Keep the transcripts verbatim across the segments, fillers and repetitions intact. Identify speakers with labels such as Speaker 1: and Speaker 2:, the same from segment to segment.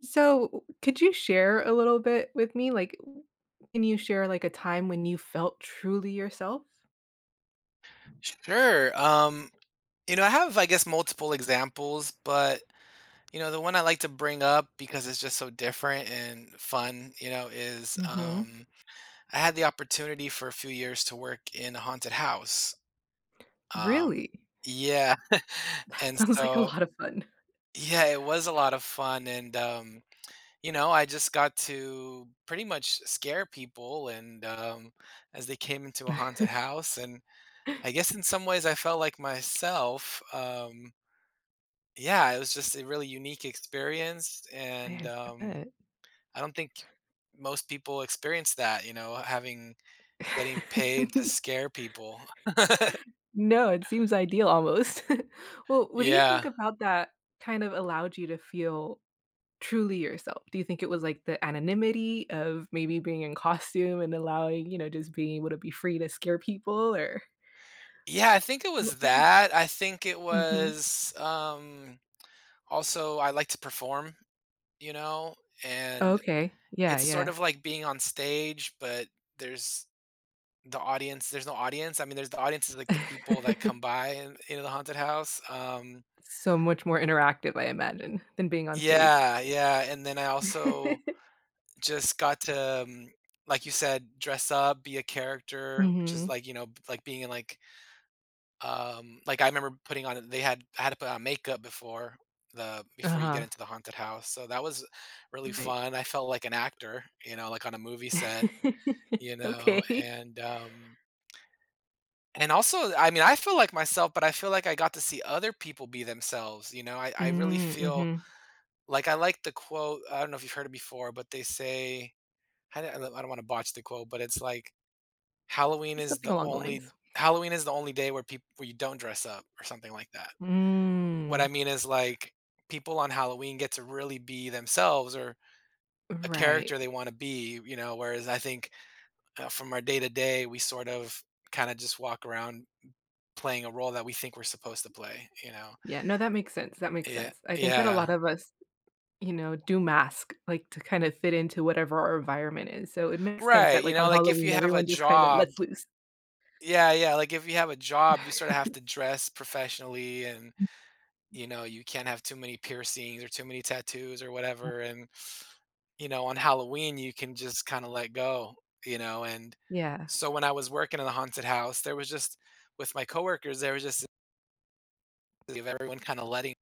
Speaker 1: So, could you share a little bit with me? Like, w- can you share like a time when you felt truly yourself?
Speaker 2: Sure. Um, you know, I have, I guess, multiple examples, but you know, the one I like to bring up because it's just so different and fun, you know, is
Speaker 1: Hmm.
Speaker 2: um, I had the opportunity for a few years to work in a haunted house. Um,
Speaker 1: Really?
Speaker 2: yeah,
Speaker 1: That
Speaker 2: and
Speaker 1: sounds like a
Speaker 2: so
Speaker 1: lot of fun.
Speaker 2: yeah, it was a lot of fun, and um, you know, I just got to pretty much scare people, and um, as they came into a haunted house, and I guess in some ways I felt like myself. Um, Yeah, it was just a really unique experience, and,
Speaker 1: I
Speaker 2: um,
Speaker 1: bet.
Speaker 2: I don't think most people experience that, you know, having getting paid to scare people.
Speaker 1: No, it seems ideal almost. Well, what do you
Speaker 2: Yeah.
Speaker 1: think about that kind of allowed you to feel truly yourself? Do you think it was like the anonymity of maybe being in costume and allowing, you know, just being able to be free to scare people or?
Speaker 2: Yeah, I think it
Speaker 1: What
Speaker 2: was that. I think it
Speaker 1: was?
Speaker 2: was, um, also I like to perform, you know, and
Speaker 1: Okay. Yeah,
Speaker 2: it's sort
Speaker 1: yeah.
Speaker 2: of like being on stage, but there's the audience there's no audience. I mean, there's the audience is, like, the people that come by in, you the haunted house, um.
Speaker 1: So much more interactive, I imagine, than being on stage.
Speaker 2: Yeah, yeah, and then I also just got to, um, like you said, dress up, be a character, which is
Speaker 1: Mhm.
Speaker 2: like, you know, b- like being in like um like I remember putting on they had I had to put on makeup before the before you get
Speaker 1: Uh-huh.
Speaker 2: into the haunted house. So that was really
Speaker 1: Right.
Speaker 2: fun. I felt like an actor, you know, like on a movie set, you know,
Speaker 1: Okay.
Speaker 2: and um and also I mean I feel like myself, but I feel like I got to see other people be themselves, you know. I, I really
Speaker 1: Mm,
Speaker 2: feel
Speaker 1: mhm.
Speaker 2: like I like the quote, I don't know if you've heard it before, but they say I don't, I don't want to botch the quote, but it's like Halloween is
Speaker 1: Something
Speaker 2: the
Speaker 1: along the
Speaker 2: only
Speaker 1: lines.
Speaker 2: Halloween is the only day where people where you don't dress up or something like that. What
Speaker 1: Mm.
Speaker 2: I mean is, like, people on Halloween get to really be themselves or a
Speaker 1: Right.
Speaker 2: character they wanna be, you know, whereas I think, uh, from our day to day, we sort of kinda just walk around playing a role that we think we're supposed to play, you know?
Speaker 1: Yeah, no, that makes sense, that makes
Speaker 2: Yeah,
Speaker 1: sense. I think that a lot
Speaker 2: yeah.
Speaker 1: of us, you know, do mask, like, to kind of fit into whatever our environment is, so it makes sense
Speaker 2: Right,
Speaker 1: that,
Speaker 2: you
Speaker 1: like, on
Speaker 2: know, like, if
Speaker 1: Halloween,
Speaker 2: you have a
Speaker 1: everyone just kinda
Speaker 2: job
Speaker 1: lets loose.
Speaker 2: Yeah, yeah, like, if you have a job, you sorta have to dress professionally and you know, you can't have too many piercings or too many tattoos or whatever. And, you know, on Halloween, you can just kind of let go, you know. And
Speaker 1: Yeah.
Speaker 2: so when I was working in the haunted house, there was just with my coworkers, there was just this of everyone kind of letting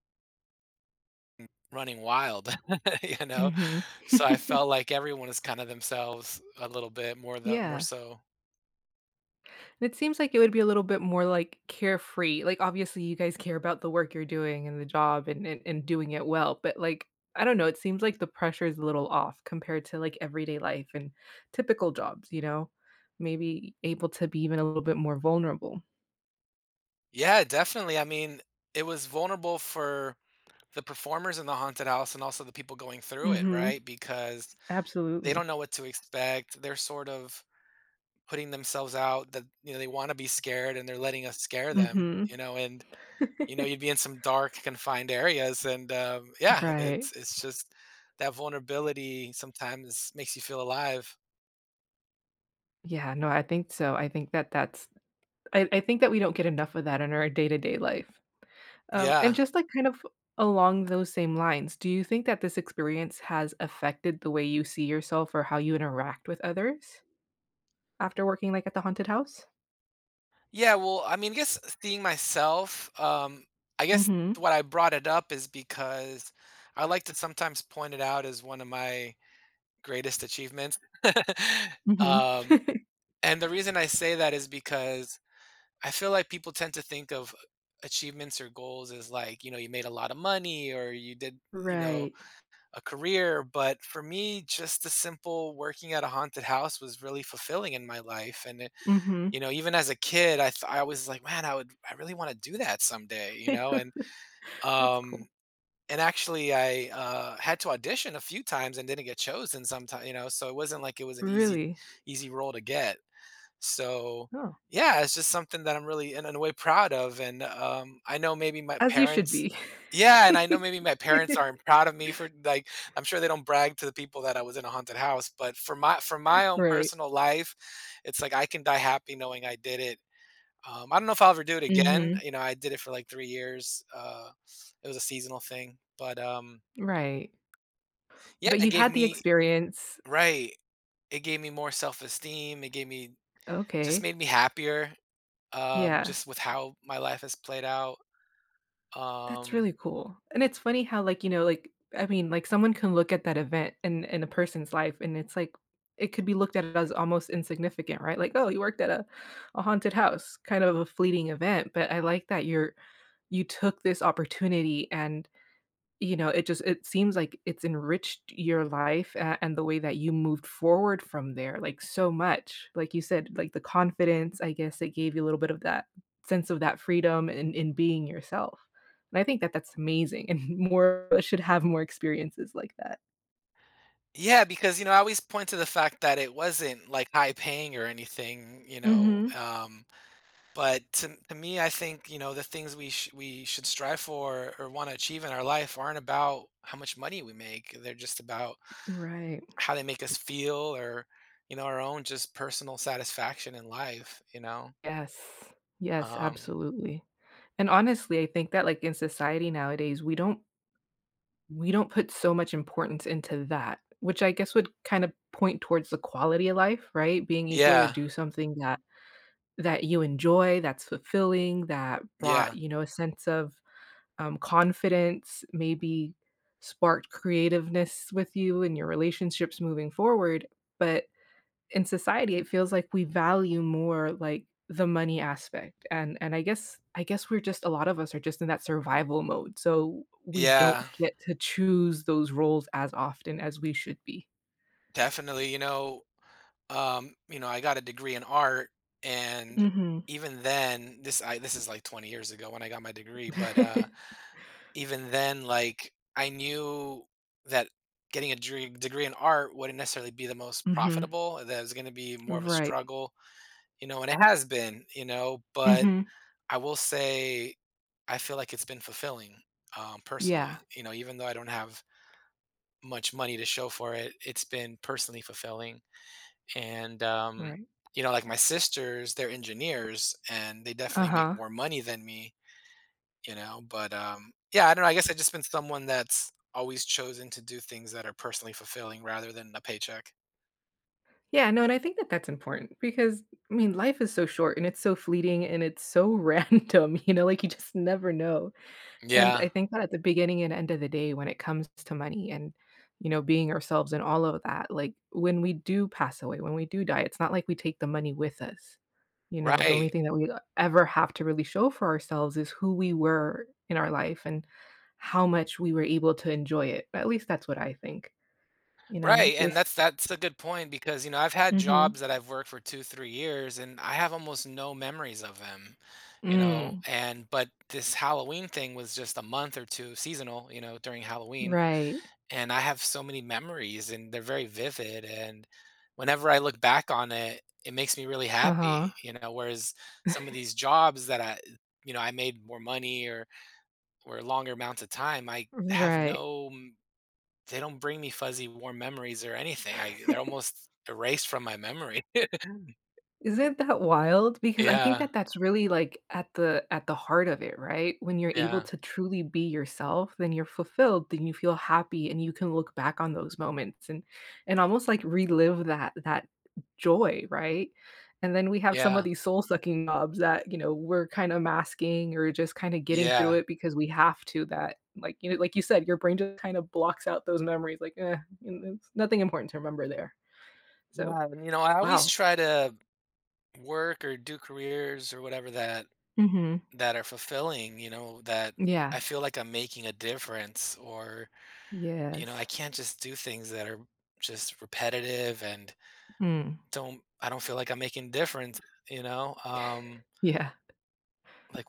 Speaker 2: running wild, you know.
Speaker 1: Mhm.
Speaker 2: So I felt like everyone is kind of themselves a little bit more the more
Speaker 1: Yeah.
Speaker 2: so.
Speaker 1: And it seems like it would be a little bit more, like, carefree, like, obviously, you guys care about the work you're doing and the job and and and doing it well, but, like, I don't know, it seems like the pressure is a little off compared to, like, everyday life and typical jobs, you know? Maybe able to be even a little bit more vulnerable.
Speaker 2: Yeah, definitely. I mean, it was vulnerable for the performers in the haunted house and also the people going through it,
Speaker 1: Mhm.
Speaker 2: right? Because they
Speaker 1: Absolutely.
Speaker 2: don't know what to expect. They're sort of putting themselves out that you know they want to be scared and they're letting us scare them, you
Speaker 1: Mhm.
Speaker 2: know, and you know you'd be in some dark confined areas and um, yeah,
Speaker 1: Right.
Speaker 2: it's it's just that vulnerability sometimes makes you feel alive.
Speaker 1: Yeah, no, I think so, I think that that's I I think that we don't get enough of that in our day-to-day life. Um, and
Speaker 2: Yeah.
Speaker 1: just, like, kind of along those same lines, do you think that this experience has affected the way you see yourself or how you interact with others after working, like, at the haunted house?
Speaker 2: Yeah, well, I mean, I guess seeing myself, um, I guess
Speaker 1: Mhm,
Speaker 2: what I brought it up is because I like to sometimes point it out as one of my greatest achievements.
Speaker 1: mhm.
Speaker 2: um, and the reason I say that is because I feel like people tend to think of achievements or goals as like, you know, you made a lot of money or you did, you know,
Speaker 1: Right.
Speaker 2: a career. But for me, just the simple working at a haunted house was really fulfilling in my life. And, it-
Speaker 1: Mhm.
Speaker 2: you know, even as a kid, I, th- I was like, man, I would, I really want to do that someday, you know? And,
Speaker 1: That's
Speaker 2: um,
Speaker 1: cool.
Speaker 2: and actually I, uh, had to audition a few times and didn't get chosen sometimes, you know, so it wasn't like it was an easy,
Speaker 1: Really?
Speaker 2: easy role to get. So,
Speaker 1: Oh,
Speaker 2: yeah, it's just something that I'm really in in a way proud of, and, um, I know maybe my
Speaker 1: as you should
Speaker 2: parents
Speaker 1: be.
Speaker 2: Yeah, and I know maybe my parents aren't proud of me for like, I'm sure they don't brag to the people that I was in a haunted house, but for my for my own
Speaker 1: Right.
Speaker 2: personal life, it's like I can die happy knowing I did it. Um, I don't know if I'll ever do it again,
Speaker 1: Mhm,
Speaker 2: you know, I did it for, like, three years, uh, it was a seasonal thing, but, um,
Speaker 1: right.
Speaker 2: yeah,
Speaker 1: But
Speaker 2: it
Speaker 1: you
Speaker 2: gave
Speaker 1: had the
Speaker 2: me
Speaker 1: experience
Speaker 2: Right. It gave me more self-esteem, it gave me just
Speaker 1: okay.
Speaker 2: made me happier. um,
Speaker 1: Yeah.
Speaker 2: just with how my life has played out.
Speaker 1: That's
Speaker 2: Um,
Speaker 1: really cool. And it's funny how, like, you know, like, I mean, like, someone can look at that event in in a person's life, and it's like it could be looked at as almost insignificant, right? Like, "Oh, you worked at a a haunted house," kind of a fleeting event, but I like that you're you took this opportunity and you know, it just it seems like it's enriched your life a and the way that you moved forward from there, like, so much. Like you said, like, the confidence, I guess it gave you a little bit of that sense of that freedom in in being yourself. And I think that that's amazing, and more of us should have more experiences like that.
Speaker 2: yeah, because you know, I always point to the fact that it wasn't like high paying or anything, you know.
Speaker 1: Mhm.
Speaker 2: Um, but to, to me, I think you know the things we sh- we should strive for or want to achieve in our life aren't about how much money we make. They're just about
Speaker 1: Right.
Speaker 2: how they make us feel or you know our own just personal satisfaction in life. You know.
Speaker 1: Yes. Yes,
Speaker 2: Um,
Speaker 1: absolutely. And honestly, I think that, like, in society nowadays, we don't we don't put so much importance into that, which I guess would kind of point towards the quality of life, right? Being able to
Speaker 2: yeah,
Speaker 1: do something that that you enjoy, that's fulfilling, that brought,
Speaker 2: yeah,
Speaker 1: you know, a sense of, um, confidence, maybe sparked creativeness with you and your relationships moving forward, but in society it feels like we value more like the money aspect and and i guess i guess we're just a lot of us are just in that survival mode, so we don't
Speaker 2: yeah,
Speaker 1: get to choose those roles as often as we should be.
Speaker 2: definitely. You know, um, you know, I got a degree in art, and
Speaker 1: Mhm.
Speaker 2: even then, this I this is like twenty years ago when I got my degree, but uh, even then, like I knew that getting a degree, degree in art wouldn't necessarily be the most
Speaker 1: Mhm.
Speaker 2: profitable. That it was going to be more of a
Speaker 1: Right.
Speaker 2: struggle, you know, and it has been, you know. But
Speaker 1: Mhm.
Speaker 2: I will say, I feel like it's been fulfilling um,
Speaker 1: Yeah.
Speaker 2: personally. You know, even though I don't have much money to show for it, it's been personally fulfilling and um,
Speaker 1: Right.
Speaker 2: you know like my sisters they're engineers and they definitely make
Speaker 1: Uh-huh.
Speaker 2: more money than me you know but um, yeah i don't know i guess i've just been someone that's always chosen to do things that are personally fulfilling rather than a paycheck.
Speaker 1: Yeah, no, and I think that that's important because I mean life is so short and it's so fleeting and it's so random, you know, like you just never know. And
Speaker 2: Yeah,
Speaker 1: I think that at the beginning and end of the day, when it comes to money and, you know, being ourselves and all of that, like when we do pass away, when we do die, it's not like we take the money with us. You know, the only
Speaker 2: right,
Speaker 1: thing that we ever have to really show for ourselves is who we were in our life and how much we were able to enjoy it. At least that's what I think, you know,
Speaker 2: right, and
Speaker 1: just
Speaker 2: that's that's a good point because you know i've had jobs
Speaker 1: Mhm.
Speaker 2: that i've worked for two three years and i have almost no memories of them you know
Speaker 1: Mm,
Speaker 2: and but this Halloween thing was just a month or two seasonal you know during Halloween
Speaker 1: right.
Speaker 2: and I have so many memories and they're very vivid and whenever I look back on it, it makes me really
Speaker 1: Uh-huh.
Speaker 2: happy, you know, whereas some of these jobs that I you know, I made more money or or longer amounts of time, I have
Speaker 1: Right.
Speaker 2: no m- they don't bring me fuzzy warm memories or anything. I they're almost erased from my memory. Mm.
Speaker 1: Isn't that wild? Because I think
Speaker 2: yeah.
Speaker 1: that that's really, like, at the at the heart of it, right? When you're able
Speaker 2: Yeah.
Speaker 1: to truly be yourself, then you're fulfilled, then you feel happy, and you can look back on those moments and and almost, like, relive that that joy, right? And then we have some of
Speaker 2: Yeah.
Speaker 1: these soul-sucking jobs that, you know, we're kinda masking or just kinda getting through
Speaker 2: Yeah.
Speaker 1: it because we have to that, like, you know, like you said, your brain just kind of blocks out those memories, like, "Eh, n it's nothing important to remember there." So,
Speaker 2: Yeah. And you know, I always
Speaker 1: wow.
Speaker 2: try to work or do careers or whatever that
Speaker 1: Mhm.
Speaker 2: That are fulfilling, you know, that
Speaker 1: Yeah.
Speaker 2: I feel like I'm making a difference or, you know, I
Speaker 1: Yes.
Speaker 2: can't just do things that are just repetitive and
Speaker 1: Mm.
Speaker 2: don't I don't feel like I'm making difference, you know? Um,
Speaker 1: Yeah.
Speaker 2: like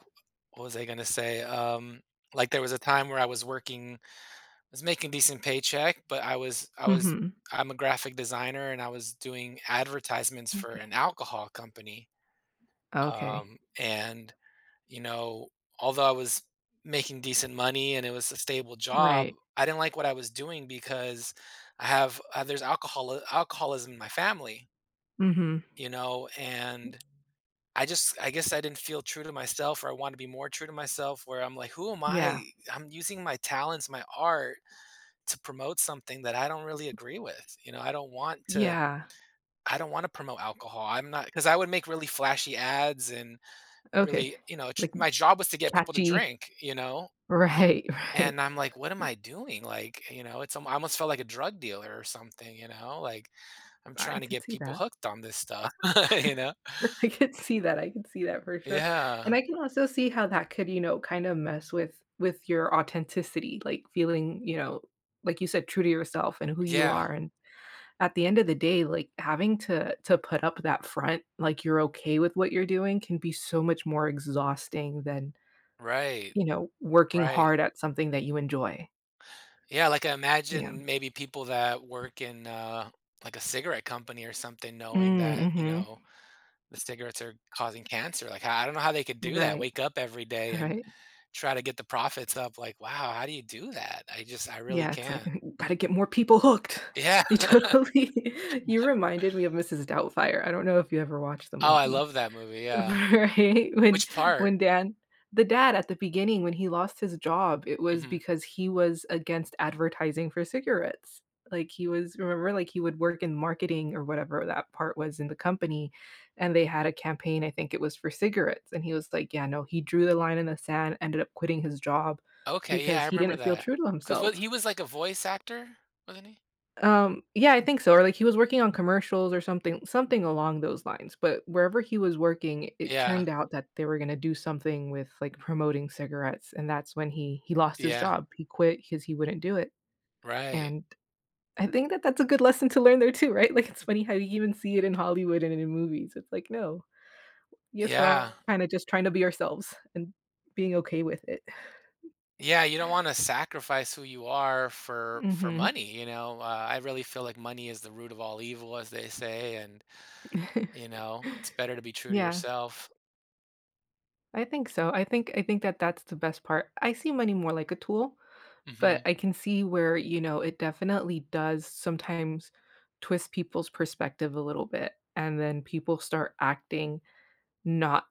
Speaker 2: what was I gonna say? Um, like there was a time where I was working, I was making decent paycheck, but I was I was
Speaker 1: Mhm.
Speaker 2: I'm a graphic designer and I was doing advertisements for
Speaker 1: Okay.
Speaker 2: an alcohol company.
Speaker 1: Okay.
Speaker 2: Um, and You know, although I was making decent money and it was a stable job,
Speaker 1: Right.
Speaker 2: I didn't like what I was doing because I have uh, there's alcohol alcoholism in my family,
Speaker 1: Mhm.
Speaker 2: you know, and I just I guess I didn't feel true to myself or I want to be more true to myself where I'm like who am I?
Speaker 1: Yeah.
Speaker 2: I'm using my talents, my art to promote something that I don't really agree with. You know, I don't want to
Speaker 1: Yeah.
Speaker 2: I don't want to promote alcohol. I'm not because I would make really flashy ads and
Speaker 1: Okay.
Speaker 2: really, you know, tr-
Speaker 1: Like,
Speaker 2: my job was to get people to
Speaker 1: catchy.
Speaker 2: drink, you know.
Speaker 1: Right, right.
Speaker 2: And I'm like, what am I doing? Like, you know, it's, um, I almost felt like a drug dealer or something, you know, like I'm
Speaker 1: I
Speaker 2: trying to
Speaker 1: could
Speaker 2: get
Speaker 1: see
Speaker 2: people
Speaker 1: that.
Speaker 2: hooked on this stuff, you know?
Speaker 1: I could see that, I could see that for sure, and
Speaker 2: Yeah.
Speaker 1: I can also see how that could, you know, kinda mess with with your authenticity, like, feeling, you know, like you said, true to yourself and who you
Speaker 2: Yeah.
Speaker 1: are and at the end of the day, like, having to to put up that front, like, you're okay with what you're doing can be so much more exhausting than,
Speaker 2: Right.
Speaker 1: you know, working
Speaker 2: Right.
Speaker 1: hard at something that you enjoy.
Speaker 2: Yeah. Like I
Speaker 1: Yeah.
Speaker 2: imagine maybe people that work in, uh, like a cigarette company or something, knowing
Speaker 1: Mm,
Speaker 2: that, you
Speaker 1: mhm.
Speaker 2: know, the cigarettes are causing cancer. Like, I I don't know how they could do that.
Speaker 1: Right,
Speaker 2: Wake up every day and
Speaker 1: right.
Speaker 2: try to get the profits up. Like, wow, how do you do that? I just, I really
Speaker 1: Yeah, it's like,
Speaker 2: can't.
Speaker 1: gotta get more people hooked.
Speaker 2: Yeah.
Speaker 1: You totally you reminded me of Missus Doubtfire. I don't know if you ever watched the
Speaker 2: Oh, I
Speaker 1: movie.
Speaker 2: love that movie. Yeah.
Speaker 1: Right? When
Speaker 2: Which part?
Speaker 1: when Dan the dad at the beginning, when he lost his job, it was
Speaker 2: Mhm.
Speaker 1: because he was against advertising for cigarettes. Like, he was remember, like, he would work in marketing or whatever that part was in the company, and they had a campaign, I think it was for cigarettes, and he was like, "Yeah, no." He drew the line in the sand, ended up quitting his job
Speaker 2: Okay, yeah, I
Speaker 1: because he
Speaker 2: remember
Speaker 1: didn't feel
Speaker 2: that.
Speaker 1: true to
Speaker 2: Because what he
Speaker 1: himself.
Speaker 2: was like a voice actor, wasn't he?
Speaker 1: Um, yeah, I think so, or like he was working on commercials or something something along those lines, but wherever he was working, it
Speaker 2: Yeah,
Speaker 1: turned out that they were gonna do something with, like, promoting cigarettes, and that's when he he lost his
Speaker 2: yeah,
Speaker 1: job. He quit because he wouldn't do it,
Speaker 2: right.
Speaker 1: and I think that that's a good lesson to learn there too, right? Like, it's funny how you even see it in Hollywood and in movies. It's like, "No. Yes, we're all
Speaker 2: Yeah.
Speaker 1: kinda just trying to be ourselves and being okay with it."
Speaker 2: Yeah, you don't wanna sacrifice who you are for for
Speaker 1: Mhm.
Speaker 2: money, you know? Uh, I really feel like money is the root of all evil, as they say, and, you know, it's better to be true to
Speaker 1: Yeah,
Speaker 2: yourself.
Speaker 1: I think so. I think I think that that's the best part. I see money more like a tool but
Speaker 2: Mhm.
Speaker 1: I can see where, you know, it definitely does sometimes twist people's perspective a little bit, and then people start acting not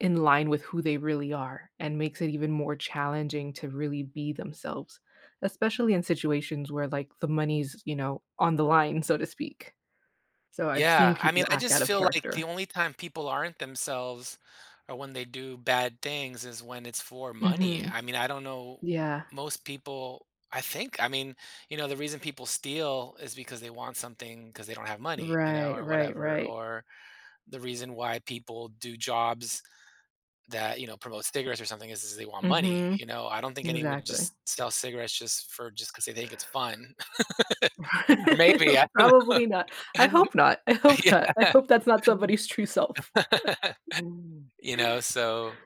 Speaker 1: in line with who they really are, and makes it even more challenging to really be themselves, especially in situations where, like, the money's, you know, on the line, so to speak. So I've seen
Speaker 2: Yeah, I mean,
Speaker 1: people
Speaker 2: I
Speaker 1: act
Speaker 2: just
Speaker 1: out of
Speaker 2: feel like the
Speaker 1: character.
Speaker 2: only time people aren't themselves or when they do bad things is when it's for money.
Speaker 1: Mhm.
Speaker 2: I mean, I don't know
Speaker 1: Yeah.
Speaker 2: most people I think, I mean, you know, the reason people steal is because they want something because they don't have money, you know,
Speaker 1: Right,
Speaker 2: or
Speaker 1: right,
Speaker 2: whatever,
Speaker 1: right.
Speaker 2: or the reason why people do jobs that, you know, promote cigarettes or something is, is they want money,
Speaker 1: Mhm.
Speaker 2: you know. I don't think anyone would
Speaker 1: Exactly.
Speaker 2: just sell cigarettes just for just because they think it's fun. or maybe I,
Speaker 1: Probably not. I hope not. I hope not. I
Speaker 2: yeah.
Speaker 1: hope that's not somebody's true self.
Speaker 2: Mm. You know, so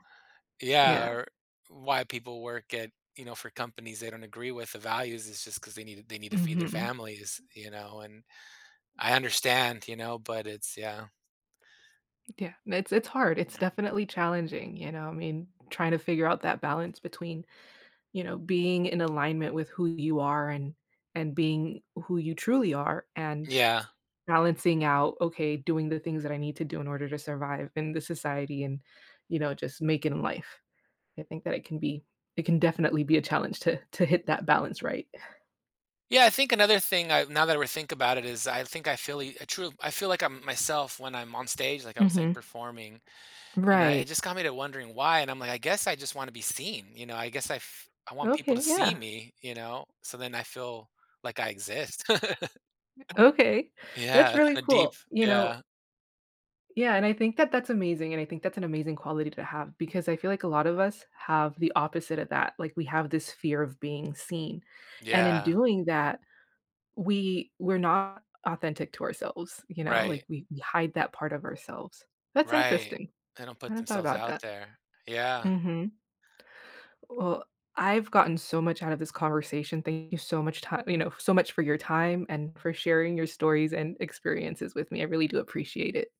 Speaker 2: yeah,
Speaker 1: Yeah.
Speaker 2: or why people work at you know for companies they don't agree with the values is just because they need they need to feed their
Speaker 1: Mhm.
Speaker 2: families, you know. And I understand, you know, but it's yeah,
Speaker 1: Yeah. It's it's hard. It's definitely challenging, you know? I mean, trying to figure out that balance between, you know, being in alignment with who you are and and being who you truly are and
Speaker 2: yeah,
Speaker 1: balancing out, okay, doing the things that I need to do in order to survive in the society and, you know, just make it in life. I think that it can be it can definitely be a challenge to to hit that balance right.
Speaker 2: yeah. I think another thing I now that I think about it is I think I feel e- I true I feel like I'm myself when I'm on stage, like I was saying,
Speaker 1: Mhm.
Speaker 2: performing, and I, it
Speaker 1: Right.
Speaker 2: just got me to wondering why. And I'm like, I guess I just want to be seen, you know. I guess I f- I want people to
Speaker 1: Okay,
Speaker 2: see
Speaker 1: yeah.
Speaker 2: me, you know. So then I feel like I exist.
Speaker 1: Okay. That's
Speaker 2: Yeah,
Speaker 1: really
Speaker 2: kinda deep.
Speaker 1: cool. You know
Speaker 2: Yeah.
Speaker 1: yeah, and I think that that's amazing, and I think that's an amazing quality to have because I feel like a lot of us have the opposite of that. Like, we have this fear of being seen, and in
Speaker 2: Yeah.
Speaker 1: doing that, we we're not authentic to ourselves, you know? Like,
Speaker 2: Right.
Speaker 1: we we hide that part of ourselves. That's
Speaker 2: Right.
Speaker 1: interesting.
Speaker 2: They don't
Speaker 1: I
Speaker 2: put
Speaker 1: hadn't thought
Speaker 2: themselves
Speaker 1: about
Speaker 2: out
Speaker 1: that.
Speaker 2: there. Yeah.
Speaker 1: Mhm. Well, I've gotten so much out of this conversation. Thank you so much time, you know, so much for your time and for sharing your stories and experiences with me. I really do appreciate it.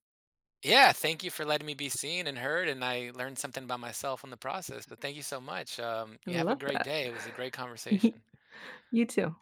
Speaker 2: Yeah, thank you for letting me be seen and heard, and I learned something about myself in the process, but thank you so much. Um,
Speaker 1: I
Speaker 2: you have a
Speaker 1: love
Speaker 2: great
Speaker 1: that.
Speaker 2: day. It was a great conversation.
Speaker 1: You too.